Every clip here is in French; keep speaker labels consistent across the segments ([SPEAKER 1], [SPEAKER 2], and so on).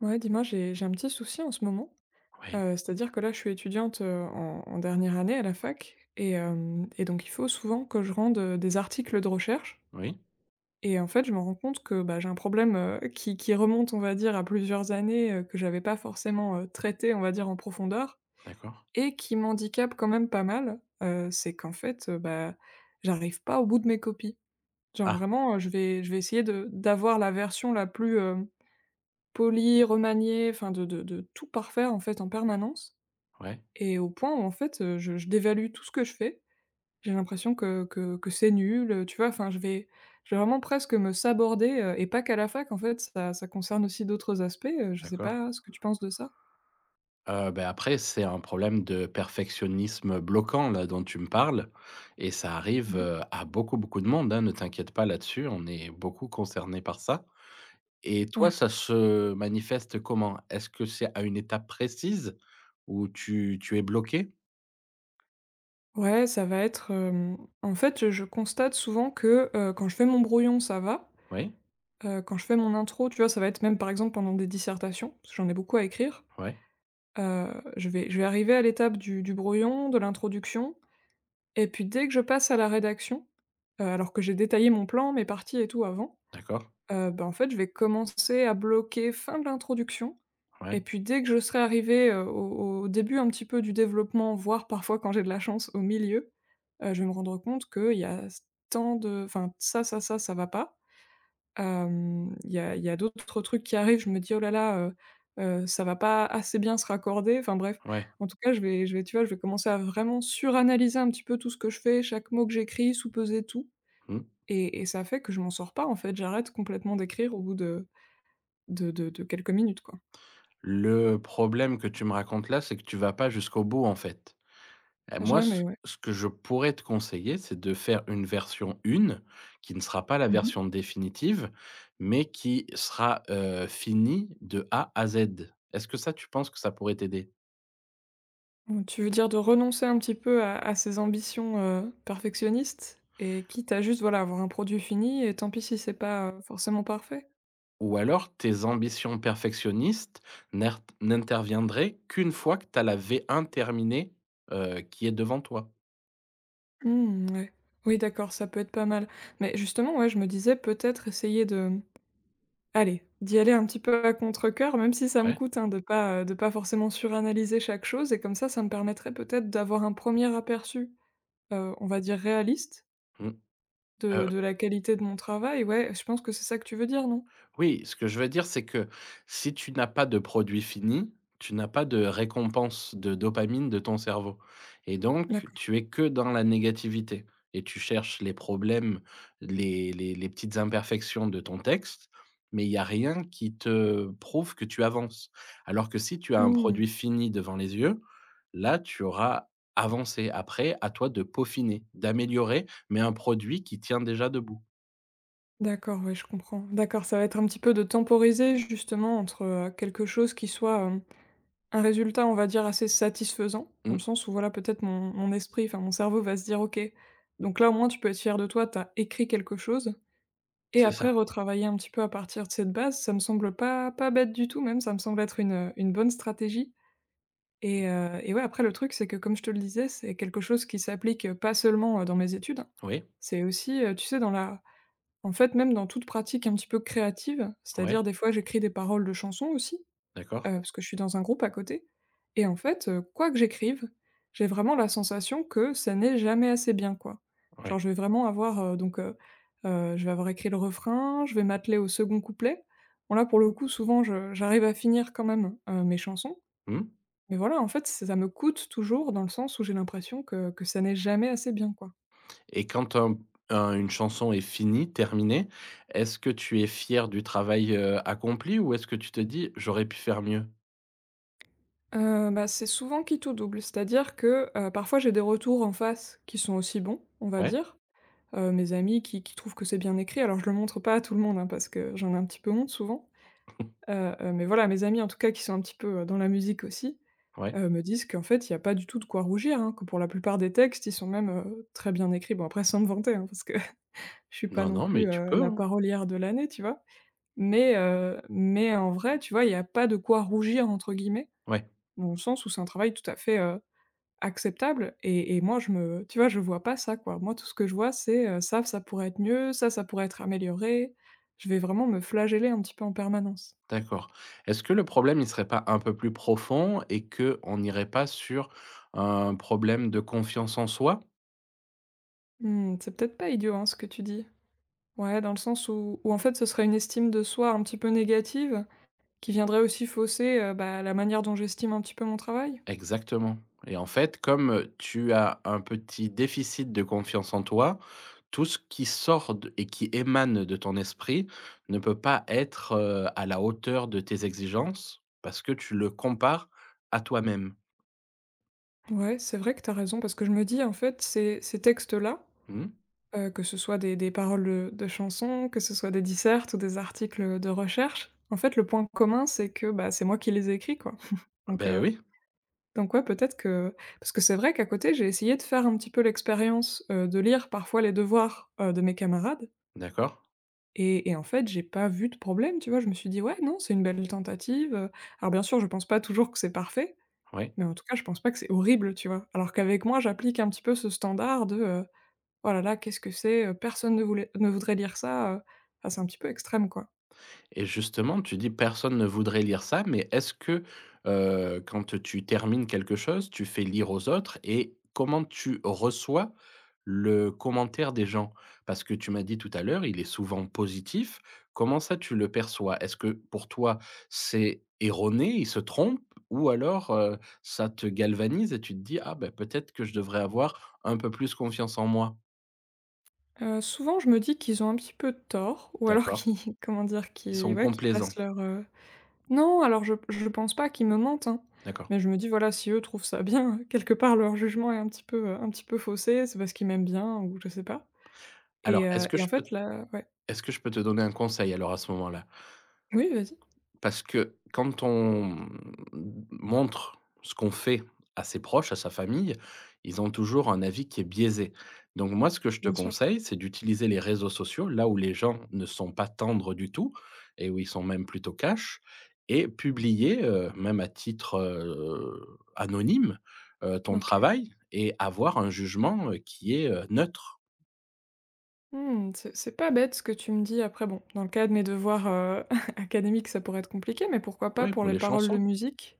[SPEAKER 1] Ouais, dis-moi, j'ai un petit souci en ce moment.
[SPEAKER 2] Oui,
[SPEAKER 1] C'est-à-dire que là, je suis étudiante, en dernière année à la fac et donc il faut souvent que je rende, des articles de recherche
[SPEAKER 2] oui,
[SPEAKER 1] et en fait, je me rends compte que, bah, j'ai un problème, qui remonte, on va dire, à plusieurs années, que j'avais pas forcément, traité, on va dire, en profondeur
[SPEAKER 2] d'accord.
[SPEAKER 1] et qui m'handicape quand même pas mal. C'est qu'en fait, bah, j'arrive pas au bout de mes copies. Genre
[SPEAKER 2] Ah,
[SPEAKER 1] vraiment, je vais essayer de d'avoir la version la plus, Poli, remanié, enfin de tout parfaire, en fait, en permanence
[SPEAKER 2] ouais,
[SPEAKER 1] et au point où, en fait, je dévalue tout ce que je fais. J'ai l'impression que c'est nul, tu vois? Enfin, je vais vraiment presque me saborder, et pas qu'à la fac, en fait, ça concerne aussi d'autres aspects, je sais
[SPEAKER 2] d'accord.
[SPEAKER 1] pas ce que tu penses de ça?
[SPEAKER 2] Après, c'est un problème de perfectionnisme bloquant, là, dont tu me parles et ça arrive,
[SPEAKER 1] Mmh.
[SPEAKER 2] à beaucoup, beaucoup de monde, hein, ne t'inquiète pas là-dessus, on est beaucoup concernés par ça. Et toi,
[SPEAKER 1] Ouais.
[SPEAKER 2] ça se manifeste comment? Est-ce que c'est à une étape précise où tu es bloqué?
[SPEAKER 1] Ouais, ça va être, en fait, je constate souvent que, quand je fais mon brouillon, ça va,
[SPEAKER 2] Oui,
[SPEAKER 1] quand je fais mon intro, tu vois? Ça va être même, par exemple, pendant des dissertations, parce que j'en ai beaucoup à écrire.
[SPEAKER 2] ouais,
[SPEAKER 1] Heu, je vais arriver à l'étape du brouillon, de l'introduction et puis dès que je passe à la rédaction, alors que j'ai détaillé mon plan, mes parties et tout avant,
[SPEAKER 2] d'accord,
[SPEAKER 1] bah, en fait, je vais commencer à bloquer fin de l'introduction et
[SPEAKER 2] ouais,
[SPEAKER 1] puis dès que je serai arrivé au début un petit peu du développement, voire parfois quand j'ai de la chance au milieu, je vais me rendre compte qu'il y a tant de enfin, ça va pas. Il y a d'autres trucs qui arrivent, je me dis: «Oh là là, ça va pas assez bien se raccorder». Enfin bref,
[SPEAKER 2] ouais,
[SPEAKER 1] en tout cas, je vais, tu vois, je vais commencer à vraiment suranalyser un petit peu tout ce que je fais, chaque mot que j'écris, sous-peser tout
[SPEAKER 2] mmh.
[SPEAKER 1] et ça fait que je m'en sors pas, en fait. J'arrête complètement d'écrire au bout de quelques minutes, quoi.
[SPEAKER 2] Le problème que tu me racontes là, c'est que tu vas pas jusqu'au bout, en fait. Moi, ce
[SPEAKER 1] Jamais, ouais.
[SPEAKER 2] ce que je pourrais te conseiller, c'est de faire une version 1 qui ne sera pas la
[SPEAKER 1] Mmh mh.
[SPEAKER 2] version définitive, mais qui sera, finie de A à Z. Est-ce que ça, tu penses que ça pourrait t'aider?
[SPEAKER 1] Tu veux dire de renoncer un petit peu à ses ambitions, perfectionnistes et quitte à juste, voilà, avoir un produit fini et tant pis si c'est pas, forcément parfait?
[SPEAKER 2] Ou alors tes ambitions perfectionnistes n'interviendraient qu'une fois que tu as la V1 terminée, qui est devant toi.
[SPEAKER 1] Mmh, ouais. Oui, d'accord, ça peut être pas mal. Mais justement, ouais, je me disais peut-être essayer de allez, d'y aller un petit peu à contre-cœur, même si ça me
[SPEAKER 2] Ouais.
[SPEAKER 1] coûte, hein, de pas forcément suranalyser chaque chose et comme ça me permettrait peut-être d'avoir un premier aperçu, on va dire réaliste
[SPEAKER 2] Mmh.
[SPEAKER 1] de
[SPEAKER 2] Heu
[SPEAKER 1] de la qualité de mon travail. Ouais, je pense que c'est ça que tu veux dire, non?
[SPEAKER 2] Oui, ce que je veux dire, c'est que si tu n'as pas de produit fini, tu n'as pas de récompense de dopamine de ton cerveau et donc
[SPEAKER 1] D'accord.
[SPEAKER 2] tu es que dans la négativité et tu cherches les problèmes, les petites imperfections de ton texte, mais il y a rien qui te prouve que tu avances. Alors que si tu as un
[SPEAKER 1] Mmh,
[SPEAKER 2] produit fini devant les yeux, là, tu auras avancé. Après, à toi de peaufiner, d'améliorer, mais un produit qui tient déjà debout.
[SPEAKER 1] d'accord, ouais, je comprends. D'accord, ça va être un petit peu de temporiser justement entre, quelque chose qui soit, un résultat, on va dire, assez satisfaisant, dans le
[SPEAKER 2] Mmh,
[SPEAKER 1] sens où voilà, peut-être mon esprit, enfin mon cerveau va se dire: «OK, donc là, au moins, tu peux être fier de toi, t'as écrit quelque chose» et
[SPEAKER 2] c'est
[SPEAKER 1] après
[SPEAKER 2] ça.
[SPEAKER 1] retravailler un petit peu à partir de cette base, ça me semble pas bête du tout même, ça me semble être une bonne stratégie et ouais, après le truc, c'est que comme je te le disais, c'est quelque chose qui s'applique, pas seulement, dans mes études, hein.
[SPEAKER 2] Oui,
[SPEAKER 1] C'est aussi, tu sais, dans la en fait, même dans toute pratique un petit peu créative,
[SPEAKER 2] oui.
[SPEAKER 1] c'est-à-dire des fois, j'écris des paroles de chansons aussi.
[SPEAKER 2] D'accord,
[SPEAKER 1] Parce que je suis dans un groupe à côté et en fait, quoi que j'écrive, j'ai vraiment la sensation que ça n'est jamais assez bien, quoi.
[SPEAKER 2] ouais.
[SPEAKER 1] Genre, je vais vraiment avoir, je vais avoir écrit le refrain, je vais m'atteler au second couplet. Bon là, pour le coup, souvent je j'arrive à finir quand même, mes chansons,
[SPEAKER 2] Mmh.
[SPEAKER 1] mais voilà, en fait, ça me coûte toujours dans le sens où j'ai l'impression que ça n'est jamais assez bien, quoi.
[SPEAKER 2] Et quand un une chanson est finie, terminée, est-ce que tu es fier du travail, accompli ou est-ce que tu te dis: «J'aurais pu faire mieux»?
[SPEAKER 1] Bah, c'est souvent quitte ou double, c'est-à-dire que, parfois j'ai des retours en face qui sont aussi bons, on va
[SPEAKER 2] Ouais,
[SPEAKER 1] dire, mes amis qui trouvent que c'est bien écrit. Alors je le montre pas à tout le monde, hein, parce que j'en ai un petit peu honte souvent, mais voilà, mes amis en tout cas qui sont un petit peu, dans la musique aussi,
[SPEAKER 2] ouais.
[SPEAKER 1] me disent qu'en fait il y a pas du tout de quoi rougir, hein, que pour la plupart des textes, ils sont même, très bien écrits. Bon après sans me vanter, hein, parce que je suis pas
[SPEAKER 2] Non,
[SPEAKER 1] non
[SPEAKER 2] non, mais
[SPEAKER 1] plus,
[SPEAKER 2] tu peux,
[SPEAKER 1] la
[SPEAKER 2] hein.
[SPEAKER 1] parolière de l'année, tu vois? Mais en vrai, tu vois, il y a pas de quoi «rougir» entre guillemets,
[SPEAKER 2] Ouais,
[SPEAKER 1] dans le sens où c'est un travail tout à fait, acceptable et moi je me tu vois, je vois pas ça, quoi. Moi, tout ce que je vois, c'est, ça pourrait être mieux, ça pourrait être amélioré. Je vais vraiment me flageller un petit peu en permanence.
[SPEAKER 2] d'accord. Est-ce que le problème, il serait pas un peu plus profond et que on n'irait pas sur un problème de confiance en soi?
[SPEAKER 1] Mmh, c'est peut-être pas idiot, hein, ce que tu dis. Ouais, dans le sens où en fait, ce serait une estime de soi un petit peu négative, qui viendrait aussi fausser, bah, la manière dont j'estime un petit peu mon travail?
[SPEAKER 2] Exactement et en fait, comme, tu as un petit déficit de confiance en toi, tout ce qui sort de et qui émane de ton esprit ne peut pas être, à la hauteur de tes exigences parce que tu le compares à toi-même.
[SPEAKER 1] Ouais, c'est vrai que t'as raison parce que je me dis, en fait, ces textes-là,
[SPEAKER 2] Mmh.
[SPEAKER 1] Que ce soit des paroles, de chansons, que ce soit des dissertes ou des articles, de recherche. En fait, le point commun, c'est que, bah, c'est moi qui les ai écrits, quoi. Donc,
[SPEAKER 2] Beh,
[SPEAKER 1] heu,
[SPEAKER 2] oui,
[SPEAKER 1] donc ouais, peut-être que parce que c'est vrai qu'à côté, j'ai essayé de faire un petit peu l'expérience, de lire parfois les devoirs, de mes camarades
[SPEAKER 2] d'accord,
[SPEAKER 1] et en fait, j'ai pas vu de problème, tu vois? Je me suis dit: «Ouais, non, c'est une belle tentative», alors bien sûr, je pense pas toujours que c'est parfait,
[SPEAKER 2] oui.
[SPEAKER 1] mais en tout cas, je pense pas que c'est horrible, tu vois? Alors qu'avec moi, j'applique un petit peu ce standard de, oh là là, qu'est-ce que c'est? Personne ne voulait ne voudrait lire ça, enfin, c'est un petit peu extrême, quoi.
[SPEAKER 2] Et justement, tu dis: «Personne ne voudrait lire ça», mais est-ce que, quand tu termines quelque chose, tu fais lire aux autres et comment tu reçois le commentaire des gens? Parce que tu m'as dit tout à l'heure, il est souvent positif. Comment ça, tu le perçois? Est-ce que pour toi, c'est erroné, il se trompe ou alors, ça te galvanise et tu te dis: «Ah ben peut-être que je devrais avoir un peu plus confiance en moi».
[SPEAKER 1] Souvent, je me dis qu'ils ont un petit peu tort ou alors
[SPEAKER 2] D'accord.
[SPEAKER 1] qu'ils comment dire?
[SPEAKER 2] Ils
[SPEAKER 1] Qu'ils
[SPEAKER 2] sont
[SPEAKER 1] ouais, qu'ils
[SPEAKER 2] complaisants.
[SPEAKER 1] placent leur, non, alors je pense pas qu'ils me mentent, hein,
[SPEAKER 2] D'accord.
[SPEAKER 1] mais je me dis, voilà, si eux trouvent ça bien, quelque part, leur jugement est un petit peu faussé, c'est parce qu'ils m'aiment bien ou je sais pas
[SPEAKER 2] Alors, est-ce que
[SPEAKER 1] et en
[SPEAKER 2] je
[SPEAKER 1] fait,
[SPEAKER 2] peux
[SPEAKER 1] là ouais.
[SPEAKER 2] Est-ce que je peux te donner un conseil alors à ce moment-là?
[SPEAKER 1] Oui, vas-y,
[SPEAKER 2] Parce que quand on montre ce qu'on fait à ses proches, à sa famille, ils ont toujours un avis qui est biaisé. Donc moi, ce que je te
[SPEAKER 1] bien sûr.
[SPEAKER 2] conseille, c'est d'utiliser les réseaux sociaux, là où les gens ne sont pas tendres du tout et où ils sont même plutôt cash et publier, même à titre, anonyme, ton
[SPEAKER 1] OK.
[SPEAKER 2] travail et avoir un jugement, qui est, neutre.
[SPEAKER 1] Mmh, c'est pas bête ce que tu me dis. Après bon, dans le cas de mes devoirs, académiques, ça pourrait être compliqué, mais pourquoi pas
[SPEAKER 2] Ouais,
[SPEAKER 1] pour
[SPEAKER 2] pour
[SPEAKER 1] les
[SPEAKER 2] les
[SPEAKER 1] paroles de
[SPEAKER 2] chansons.
[SPEAKER 1] musique?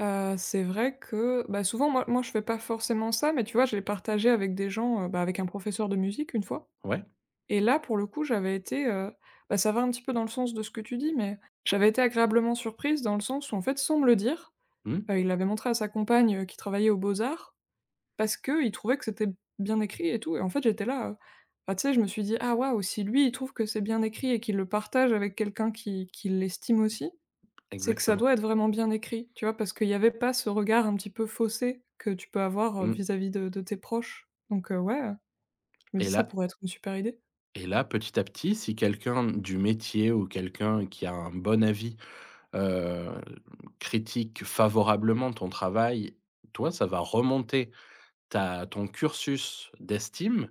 [SPEAKER 1] C'est vrai que, bah, souvent moi je fais pas forcément ça, mais tu vois, je l'ai partagé avec des gens, bah, avec un professeur de musique une fois
[SPEAKER 2] Ouais,
[SPEAKER 1] et là pour le coup j'avais été, bah, ça va un petit peu dans le sens de ce que tu dis, mais j'avais été agréablement surprise dans le sens où en fait sans me le dire,
[SPEAKER 2] mmh,
[SPEAKER 1] il l'avait montré à sa compagne, qui travaillait aux beaux-arts parce qu'il trouvait que c'était bien écrit et tout et en fait j'étais là, bah, tu sais je me suis dit: «Ah waouh, si lui il trouve que c'est bien écrit et qu'il le partage avec quelqu'un qui l'estime aussi, c'est que ça
[SPEAKER 2] exactement.
[SPEAKER 1] doit être vraiment bien écrit, tu vois? Parce qu'il y avait pas ce regard un petit peu faussé que tu peux avoir,
[SPEAKER 2] Mmh
[SPEAKER 1] vis-à-vis de tes proches. Donc, je me
[SPEAKER 2] et
[SPEAKER 1] dis ça
[SPEAKER 2] là
[SPEAKER 1] pourrait être une super idée.
[SPEAKER 2] Et là, petit à petit, si quelqu'un du métier ou quelqu'un qui a un bon avis, heu, critique favorablement ton travail, toi, ça va remonter ta ton cursus d'estime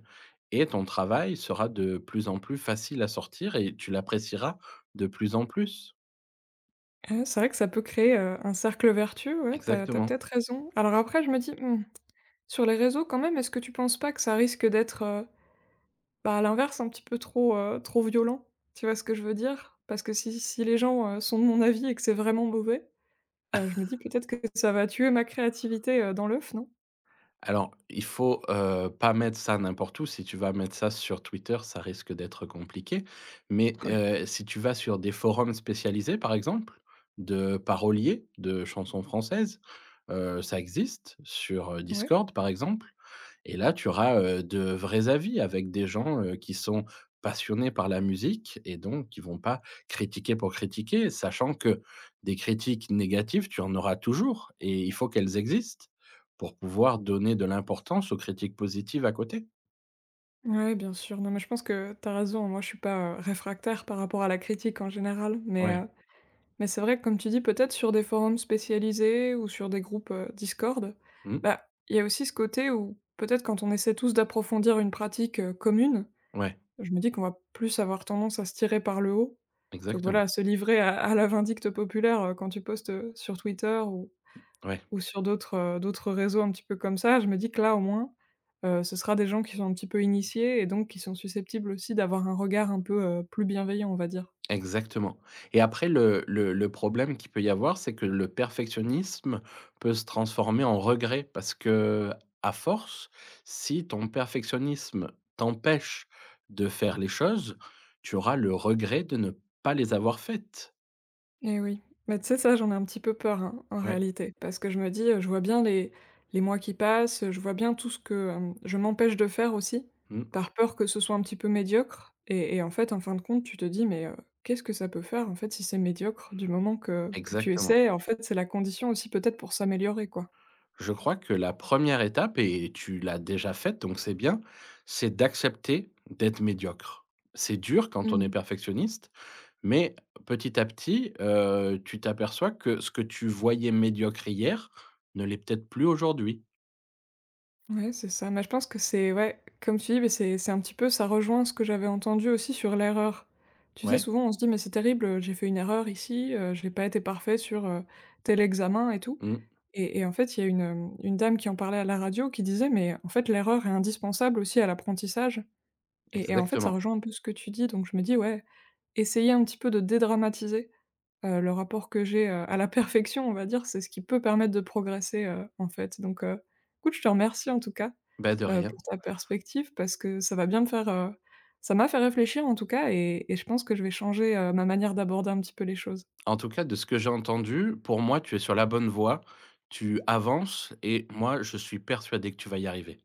[SPEAKER 2] et ton travail sera de plus en plus facile à sortir et tu l'apprécieras de plus en plus.
[SPEAKER 1] Ouais, c'est vrai que ça peut créer, un cercle vertueux, ouais, tu as
[SPEAKER 2] Exactement.
[SPEAKER 1] peut-être raison. Alors après je me dis: «Mmh, sur les réseaux quand même, est-ce que tu penses pas que ça risque d'être, bah, à l'inverse un petit peu trop, trop violent?» Tu vois ce que je veux dire? Parce que si les gens, sont de mon avis et que c'est vraiment mauvais, je me dis peut-être que ça va tuer ma créativité, dans l'œuf, non?
[SPEAKER 2] Alors, il faut, pas mettre ça n'importe où. Si tu vas mettre ça sur Twitter, ça risque d'être compliqué. Mais,
[SPEAKER 1] Ouais.
[SPEAKER 2] si tu vas sur des forums spécialisés, par exemple, de paroliers de chansons françaises, ça existe sur,
[SPEAKER 1] Ouais.
[SPEAKER 2] Discord, par exemple. Et là, tu auras, de vrais avis avec des gens, qui sont passionnés par la musique et donc qui vont pas critiquer pour critiquer, sachant que des critiques négatives, tu en auras toujours et il faut qu'elles existent. Pour pouvoir donner de l'importance aux critiques positives à côté.
[SPEAKER 1] Ouais, bien sûr. Non, mais je pense que tu as raison. Moi, je suis pas, réfractaire par rapport à la critique en général,
[SPEAKER 2] Ouais.
[SPEAKER 1] mais c'est vrai que comme tu dis, peut-être sur des forums spécialisés ou sur des groupes, Discord,
[SPEAKER 2] Mmh,
[SPEAKER 1] bah, il y a aussi ce côté où peut-être quand on essaie tous d'approfondir une pratique, commune,
[SPEAKER 2] ouais,
[SPEAKER 1] je me dis qu'on va plus avoir tendance à se tirer par le haut. Plutôt que voilà,
[SPEAKER 2] exactement.
[SPEAKER 1] à se livrer à la vindicte populaire, quand tu postes, sur Twitter
[SPEAKER 2] Ouais,
[SPEAKER 1] ou sur d'autres, d'autres réseaux un petit peu comme ça, je me dis que là au moins, ce sera des gens qui sont un petit peu initiés et donc qui sont susceptibles aussi d'avoir un regard un peu, plus bienveillant, on va dire.
[SPEAKER 2] exactement et après le problème qu'il peut y avoir, c'est que le perfectionnisme peut se transformer en regret parce que à force, si ton perfectionnisme t'empêche de faire les choses, tu auras le regret de ne pas les avoir faites.
[SPEAKER 1] Eh oui. Mais tu sais, ça, j'en ai un petit peu peur, hein, en
[SPEAKER 2] Ouais,
[SPEAKER 1] réalité. Parce que je me dis, je vois bien les mois qui passent, je vois bien tout ce que, je m'empêche de faire aussi,
[SPEAKER 2] mmh,
[SPEAKER 1] par peur que ce soit un petit peu médiocre et en fait, en fin de compte, tu te dis: «Mais, qu'est-ce que ça peut faire, en fait, si c'est médiocre?» Du moment que tu
[SPEAKER 2] exactement.
[SPEAKER 1] essaies, en fait, c'est la condition aussi peut-être pour s'améliorer, quoi.
[SPEAKER 2] Je crois que la première étape, et tu l'as déjà faite, donc c'est bien, c'est d'accepter d'être médiocre. C'est dur quand on est
[SPEAKER 1] Mmh.
[SPEAKER 2] perfectionniste, mais petit à petit, tu t'aperçois que ce que tu voyais médiocre hier ne l'est peut-être plus aujourd'hui.
[SPEAKER 1] Ouais, c'est ça. Mais je pense que c'est ouais, comme tu dis, mais c'est un petit peu ça rejoint ce que j'avais entendu aussi sur l'erreur. Tu sais,
[SPEAKER 2] Ouais,
[SPEAKER 1] souvent, on se dit: «Mais c'est terrible, j'ai fait une erreur ici, j'ai pas été parfait sur, tel examen et tout»
[SPEAKER 2] mmh,
[SPEAKER 1] et en fait, il y a une, une dame qui en parlait à la radio qui disait: «Mais en fait, l'erreur est indispensable aussi à l'apprentissage» et en fait, ça
[SPEAKER 2] exactement.
[SPEAKER 1] rejoint un peu ce que tu dis donc je me dis: «Ouais, essayer un petit peu de dédramatiser». Le rapport que j'ai, à la perfection, on va dire, c'est ce qui peut permettre de progresser, en fait. Donc, écoute, je te remercie en tout cas,
[SPEAKER 2] Bah, de
[SPEAKER 1] pour
[SPEAKER 2] rien.
[SPEAKER 1] ta perspective parce que ça va bien me faire, ça m'a fait réfléchir en tout cas et je pense que je vais changer, ma manière d'aborder un petit peu les choses.
[SPEAKER 2] En tout cas, de ce que j'ai entendu, pour moi, tu es sur la bonne voie, tu avances et moi, je suis persuadé que tu vas y arriver.